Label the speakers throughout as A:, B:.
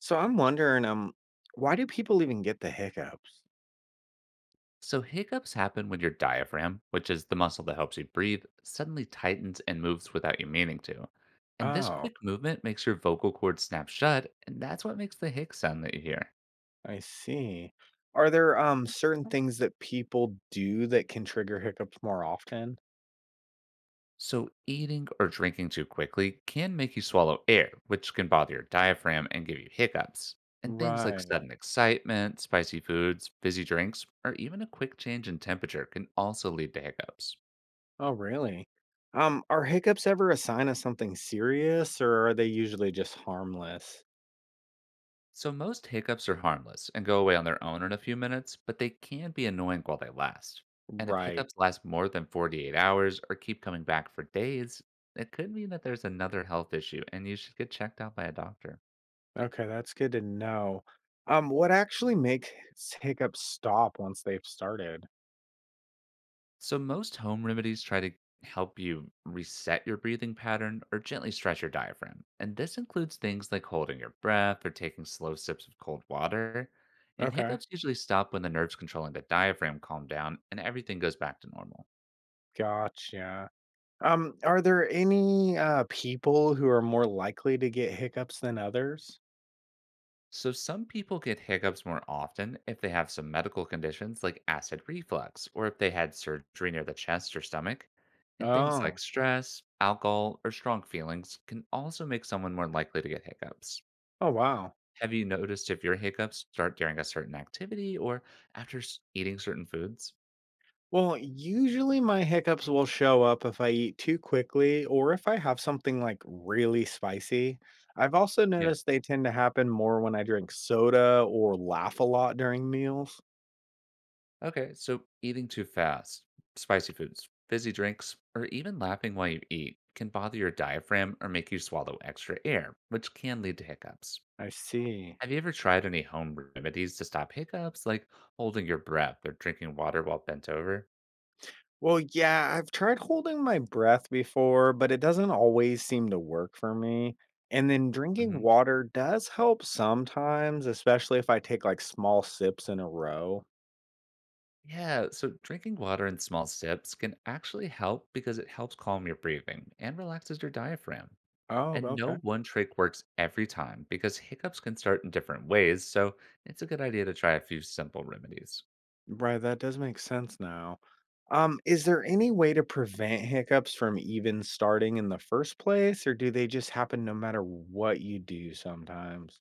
A: So I'm wondering, why do people even get the hiccups?
B: So, hiccups happen when your diaphragm, which is the muscle that helps you breathe, suddenly tightens and moves without you meaning to. And this
A: Oh,
B: quick movement makes your vocal cord snap shut, and that's what makes the hic sound that you hear.
A: I see. Are there certain things that people do that can trigger hiccups more often?
B: So, eating or drinking too quickly can make you swallow air, which can bother your diaphragm and give you hiccups. And things like
A: Right.
B: sudden excitement, spicy foods, fizzy drinks, or even a quick change in temperature can also lead to hiccups.
A: Oh, really? Are hiccups ever a sign of something serious, or are they usually just harmless?
B: So most hiccups are harmless and go away on their own in a few minutes, but they can be annoying while they last. And if
A: Right.
B: hiccups last more than 48 hours or keep coming back for days, it could mean that there's another health issue and you should get checked out by a doctor.
A: Okay, that's good to know. What actually makes hiccups stop once they've started?
B: So most home remedies try to help you reset your breathing pattern or gently stretch your diaphragm. And this includes things like holding your breath or taking slow sips of cold water. And
A: Okay.
B: hiccups usually stop when the nerves controlling the diaphragm calm down and everything goes back to normal.
A: Gotcha. Are there any, people who are more likely to get hiccups than others?
B: So, some people get hiccups more often if they have some medical conditions like acid reflux, or if they had surgery near the chest or stomach. And things
A: Oh.
B: like stress, alcohol, or strong feelings can also make someone more likely to get hiccups.
A: Oh, wow.
B: Have you noticed if your hiccups start during a certain activity or after eating certain foods?
A: Well, usually my hiccups will show up if I eat too quickly or if I have something, like, really spicy. I've also
B: Yeah.
A: noticed they tend to happen more when I drink soda or laugh a lot during meals.
B: Okay, so eating too fast, spicy foods, fizzy drinks, or even laughing while you eat can bother your diaphragm or make you swallow extra air, which can lead to hiccups.
A: I see.
B: Have you ever tried any home remedies to stop hiccups, like holding your breath or drinking water while bent over?
A: Well, yeah, I've tried holding my breath before, but it doesn't always seem to work for me. And then drinking
B: hmm
A: water does help sometimes, especially if I take like small sips in a row.
B: Yeah, so drinking water in small sips can actually help because it helps calm your breathing and relaxes your diaphragm.
A: Oh,
B: And no
A: okay.
B: one trick works every time because hiccups can start in different ways, so it's a good idea to try a few simple remedies.
A: Right, that does make sense now. Is there any way to prevent hiccups from even starting in the first place, or do they just happen no matter what you do sometimes?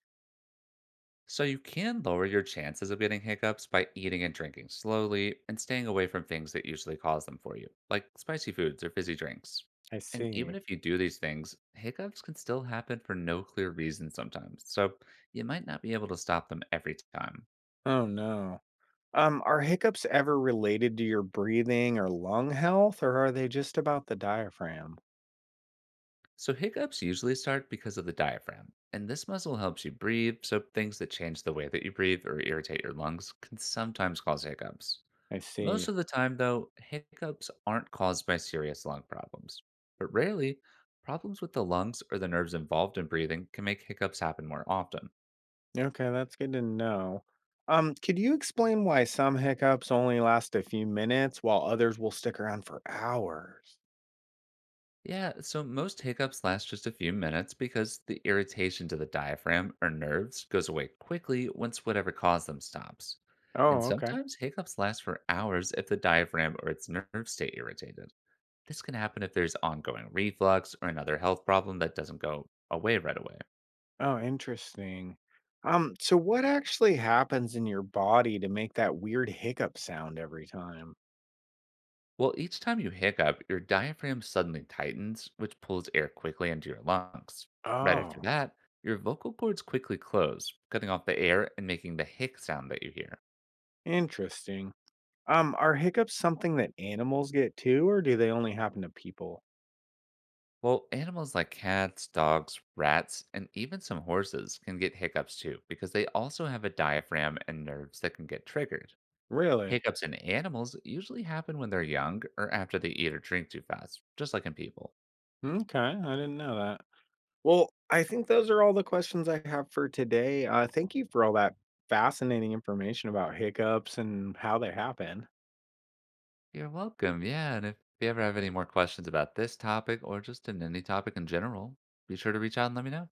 B: So you can lower your chances of getting hiccups by eating and drinking slowly and staying away from things that usually cause them for you, like spicy foods or fizzy drinks.
A: I
B: And
A: see.
B: even if you do these things, hiccups can still happen for no clear reason sometimes, so you might not be able to stop them every time.
A: Oh no. Are hiccups ever related to your breathing or lung health, or are they just about the diaphragm?
B: So hiccups usually start because of the diaphragm, and this muscle helps you breathe, so things that change the way that you breathe or irritate your lungs can sometimes cause hiccups.
A: I
B: Most
A: see.
B: of the time, though, hiccups aren't caused by serious lung problems. But rarely, problems with the lungs or the nerves involved in breathing can make hiccups happen more often.
A: Okay, that's good to know. Could you explain why some hiccups only last a few minutes while others will stick around for hours?
B: Yeah, so most hiccups last just a few minutes because the irritation to the diaphragm or nerves goes away quickly once whatever caused them stops. And
A: Oh, okay.
B: sometimes hiccups last for hours if the diaphragm or its nerves stay irritated. This can happen if there's ongoing reflux or another health problem that doesn't go away right away.
A: Oh, interesting. So what actually happens in your body to make that weird hiccup sound every time?
B: Well, each time you hiccup, your diaphragm suddenly tightens, which pulls air quickly into your lungs. Right after
A: Oh,
B: that, your vocal cords quickly close, cutting off the air and making the hic sound that you hear.
A: interesting. Are hiccups something that animals get too, or do they only happen to people?
B: Well, animals like cats, dogs, rats, and even some horses can get hiccups too, because they also have a diaphragm and nerves that can get triggered.
A: Really?
B: Hiccups in animals usually happen when they're young or after they eat or drink too fast, just like in people.
A: Okay, I didn't know that. Well, I think those are all the questions I have for today. Thank you for all that fascinating information about hiccups and how they happen.
B: You're welcome. Yeah. And if you ever have any more questions about this topic or just in any topic in general, be sure to reach out and let me know.